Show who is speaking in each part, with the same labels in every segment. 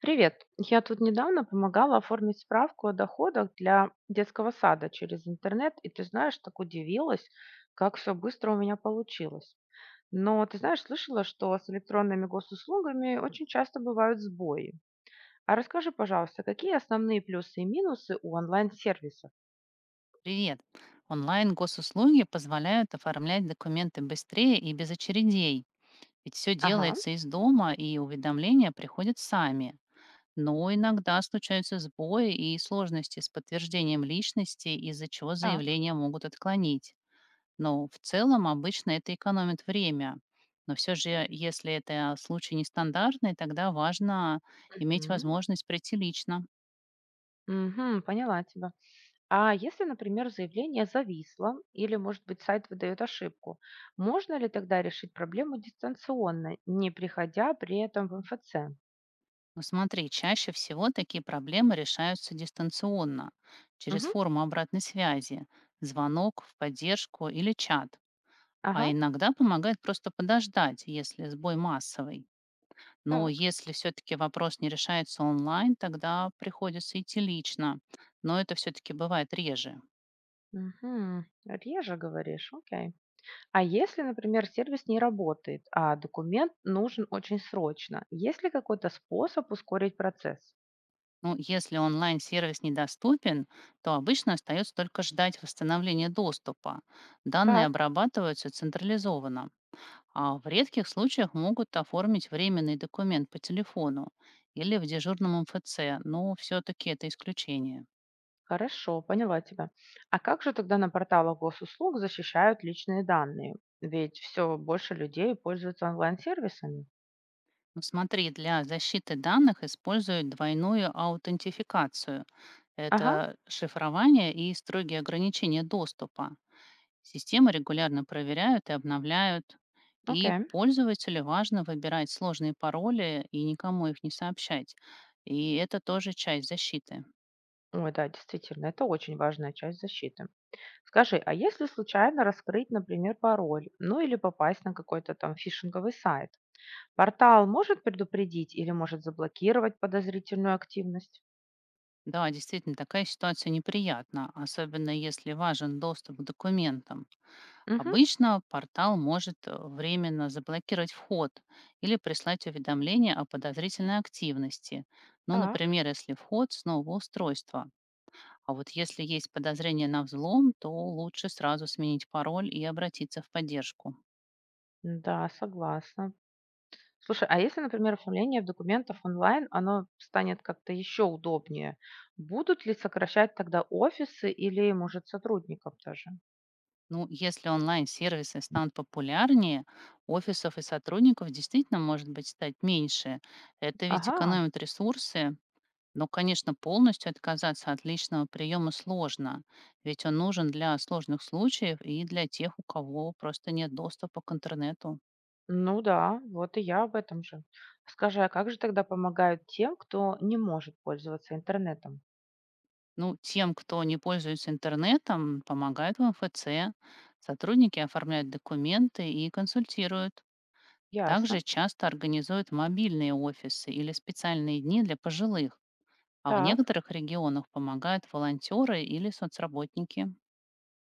Speaker 1: Привет. Я тут недавно помогала оформить справку о доходах для детского сада через интернет, и ты знаешь, так удивилась, как все быстро у меня получилось. Но ты знаешь, слышала, что с электронными госуслугами очень часто бывают сбои. А расскажи, пожалуйста, какие основные плюсы и минусы у онлайн-сервисов?
Speaker 2: Привет! Онлайн-госуслуги позволяют оформлять документы быстрее и без очередей, ведь все
Speaker 1: Ага.
Speaker 2: делается из дома и уведомления приходят сами. Но иногда случаются сбои и сложности с подтверждением личности, из-за чего
Speaker 1: Так.
Speaker 2: заявления могут отклонить. Но в целом обычно это экономит время. Но все же, если это случай нестандартный, тогда важно иметь
Speaker 1: Мгм.
Speaker 2: возможность прийти лично.
Speaker 1: Мгм, поняла тебя. А если, например, заявление зависло или, может быть, сайт выдает ошибку, можно ли тогда решить проблему дистанционно, не приходя при этом в МФЦ?
Speaker 2: Ну смотри, чаще всего такие проблемы решаются дистанционно, через
Speaker 1: Мгм.
Speaker 2: форму обратной связи, звонок в поддержку или чат. А
Speaker 1: Ага,
Speaker 2: иногда помогает просто подождать, если сбой массовый. Но
Speaker 1: так.
Speaker 2: если все-таки вопрос не решается онлайн, тогда приходится идти лично. Но это все-таки бывает реже.
Speaker 1: Мгм. Реже говоришь, окей. А если, например, сервис не работает, а документ нужен очень срочно, есть ли какой-то способ ускорить процесс?
Speaker 2: Ну, если онлайн-сервис недоступен, то обычно остается только ждать восстановления доступа. Данные
Speaker 1: Так.
Speaker 2: обрабатываются централизованно. А в редких случаях могут оформить временный документ по телефону или в дежурном МФЦ, но все-таки это исключение.
Speaker 1: Хорошо, поняла тебя. А как же тогда на порталах госуслуг защищают личные данные? Ведь все больше людей пользуются онлайн-сервисами.
Speaker 2: Ну, смотри, для защиты данных используют двойную аутентификацию.
Speaker 1: Ага,
Speaker 2: Это шифрование и строгие ограничения доступа. Системы регулярно проверяют и обновляют. И
Speaker 1: окей.
Speaker 2: пользователю важно выбирать сложные пароли и никому их не сообщать. И это тоже часть защиты.
Speaker 1: Ой, да, действительно, это очень важная часть защиты. Скажи, а если случайно раскрыть, например, пароль, ну или попасть на какой-то там фишинговый сайт, портал может предупредить или может заблокировать подозрительную активность?
Speaker 2: Да, действительно, такая ситуация неприятна, особенно если важен доступ к документам.
Speaker 1: Угу,
Speaker 2: Обычно портал может временно заблокировать вход или прислать уведомление о подозрительной активности. Ну,
Speaker 1: так,
Speaker 2: например, если вход с нового устройства. А вот если есть подозрение на взлом, то лучше сразу сменить пароль и обратиться в поддержку.
Speaker 1: да, согласна. Слушай, а если, например, оформление документов онлайн, оно станет как-то еще удобнее, будут ли сокращать тогда офисы или, может, сотрудников даже?
Speaker 2: Ну, если онлайн-сервисы станут популярнее, офисов и сотрудников действительно может быть стать меньше. Это ведь
Speaker 1: Ага,
Speaker 2: экономит ресурсы. Но, конечно, полностью отказаться от личного приема сложно, ведь он нужен для сложных случаев и для тех, у кого просто нет доступа к интернету.
Speaker 1: ну да, вот и я об этом же. Скажи, а как же тогда помогают тем, кто не может пользоваться интернетом?
Speaker 2: Ну, тем, кто не пользуется интернетом, помогают в МФЦ, сотрудники оформляют документы и консультируют.
Speaker 1: Ясно.
Speaker 2: Также часто организуют мобильные офисы или специальные дни для пожилых, а в
Speaker 1: Так.
Speaker 2: некоторых регионах помогают волонтеры или соцработники.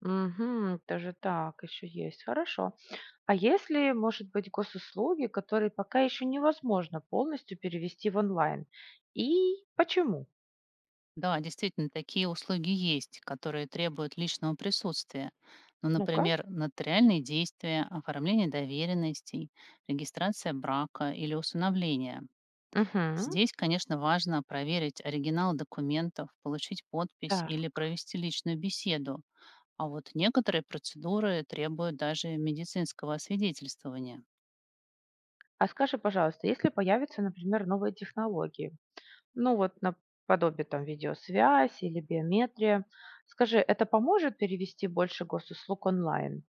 Speaker 1: Угу, даже так еще есть. Хорошо. А если, может быть, госуслуги, которые пока еще невозможно полностью перевести в онлайн? И почему?
Speaker 2: Да, действительно, такие услуги есть, которые требуют личного присутствия. Ну,
Speaker 1: Ну-ка.
Speaker 2: например, нотариальные действия, оформление доверенностей, регистрация брака или усыновления.
Speaker 1: Мгм.
Speaker 2: Здесь, конечно, важно проверить оригинал документов, получить подпись
Speaker 1: Да.
Speaker 2: или провести личную беседу. А вот некоторые процедуры требуют даже медицинского освидетельствования.
Speaker 1: А скажи, пожалуйста, если появятся, например, новые технологии, ну вот наподобие там видеосвязь или биометрия, скажи, это поможет перевести больше госуслуг онлайн?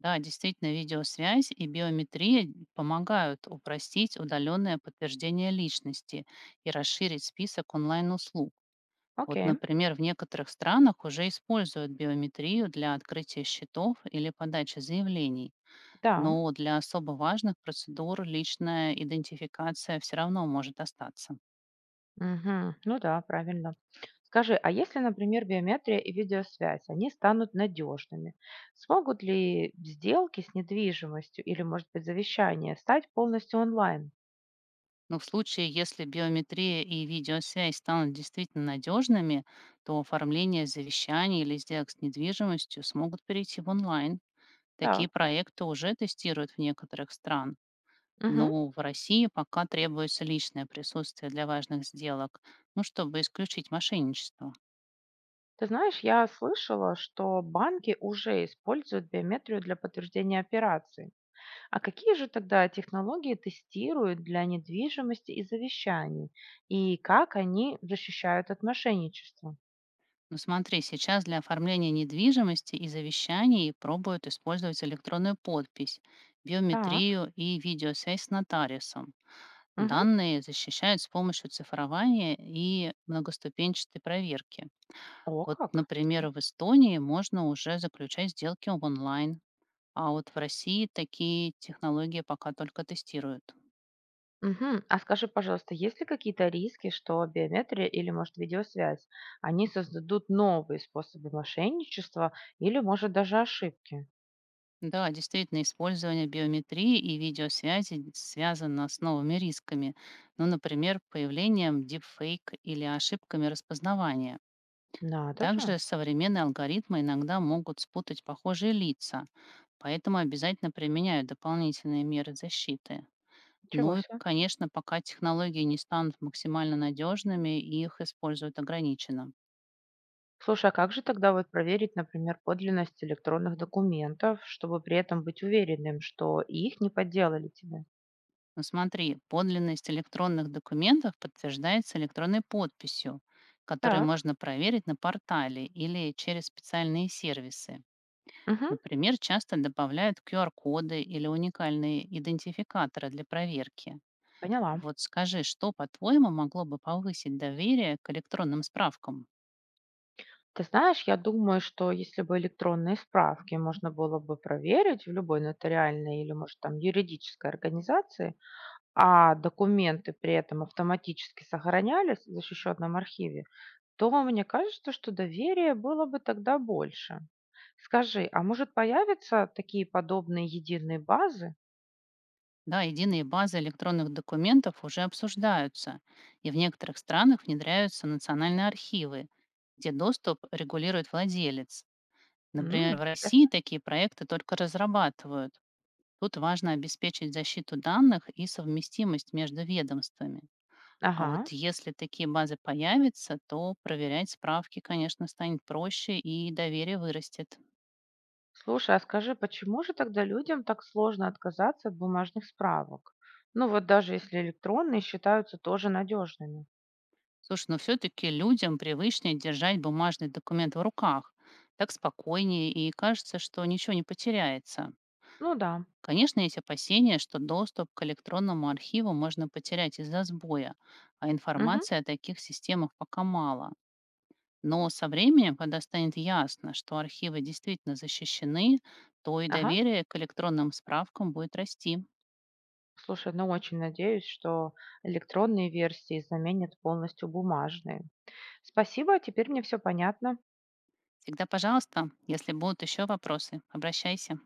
Speaker 2: Да, действительно, видеосвязь и биометрия помогают упростить удаленное подтверждение личности и расширить список онлайн-услуг. Вот,
Speaker 1: Окей,
Speaker 2: например, в некоторых странах уже используют биометрию для открытия счетов или подачи заявлений,
Speaker 1: да.
Speaker 2: но для особо важных процедур личная идентификация все равно может остаться.
Speaker 1: Мгм. Ну да, правильно. Скажи, а если, например, биометрия и видеосвязь, они станут надежными, смогут ли сделки с недвижимостью или, может быть, завещание стать полностью онлайн?
Speaker 2: Но в случае, если биометрия и видеосвязь станут действительно надежными, то оформление завещаний или сделок с недвижимостью смогут перейти в онлайн. Такие
Speaker 1: Так.
Speaker 2: проекты уже тестируют в некоторых стран.
Speaker 1: Мгм.
Speaker 2: Но в России пока требуется личное присутствие для важных сделок, ну, чтобы исключить мошенничество.
Speaker 1: Ты знаешь, я слышала, что банки уже используют биометрию для подтверждения операций. А какие же тогда технологии тестируют для недвижимости и завещаний? И как они защищают от мошенничества?
Speaker 2: Но смотри, сейчас для оформления недвижимости и завещаний пробуют использовать электронную подпись,
Speaker 1: Так,
Speaker 2: биометрию и видеосвязь с нотариусом.
Speaker 1: мгм.
Speaker 2: Данные защищают с помощью цифрования и многоступенчатой проверки.
Speaker 1: О,
Speaker 2: Вот,
Speaker 1: как.
Speaker 2: например, в Эстонии можно уже заключать сделки в онлайн, а вот в России такие технологии пока только тестируют.
Speaker 1: Мгм. А скажи, пожалуйста, есть ли какие-то риски, что биометрия или, может, видеосвязь, они создадут новые способы мошенничества или, может, даже ошибки?
Speaker 2: Да, действительно, использование биометрии и видеосвязи связано с новыми рисками, ну, например, появлением дипфейк или ошибками распознавания.
Speaker 1: Надо же.
Speaker 2: Также современные алгоритмы иногда могут спутать похожие лица, поэтому обязательно применяют дополнительные меры защиты.
Speaker 1: Ничего
Speaker 2: Ну и,
Speaker 1: себе.
Speaker 2: конечно, пока технологии не станут максимально надежными, их используют ограниченно.
Speaker 1: Слушай, а как же тогда вот проверить, например, подлинность электронных документов, чтобы при этом быть уверенным, что их не подделали тебе?
Speaker 2: Но смотри, подлинность электронных документов подтверждается электронной подписью, которую
Speaker 1: Так,
Speaker 2: можно проверить на портале или через специальные сервисы.
Speaker 1: мгм,
Speaker 2: Например, часто добавляют QR-коды или уникальные идентификаторы для проверки.
Speaker 1: поняла.
Speaker 2: Вот скажи, что, по-твоему, могло бы повысить доверие к электронным справкам?
Speaker 1: Ты знаешь, я думаю, что если бы электронные справки можно было бы проверить в любой нотариальной или, может, там юридической организации, а документы при этом автоматически сохранялись в защищенном архиве, то мне кажется, что доверия было бы тогда больше. Скажи, а может появятся такие подобные единые базы?
Speaker 2: Да, единые базы электронных документов уже обсуждаются, и в некоторых странах внедряются национальные архивы, где доступ регулирует владелец.
Speaker 1: М,
Speaker 2: Например, в России
Speaker 1: интересно.
Speaker 2: такие проекты только разрабатывают. Тут важно обеспечить защиту данных и совместимость между ведомствами. А вот
Speaker 1: Ага.
Speaker 2: если такие базы появятся, то проверять справки, конечно, станет проще и доверие вырастет.
Speaker 1: Слушай, а скажи, почему же тогда людям так сложно отказаться от бумажных справок? Ну вот даже если электронные считаются тоже надежными.
Speaker 2: Слушай, но все-таки людям привычнее держать бумажный документ в руках. Так спокойнее, и кажется, что ничего не потеряется.
Speaker 1: Ну да.
Speaker 2: Конечно, есть опасения, что доступ к электронному архиву можно потерять из-за сбоя, а
Speaker 1: Мгм.
Speaker 2: информации о таких системах пока мало. Но со временем, когда станет ясно, что архивы действительно защищены, то и
Speaker 1: Ага.
Speaker 2: доверие к электронным справкам будет расти.
Speaker 1: Слушай, ну очень надеюсь, что электронные версии заменят полностью бумажные. Спасибо, теперь мне все понятно.
Speaker 2: Всегда, пожалуйста, если будут еще вопросы, обращайся.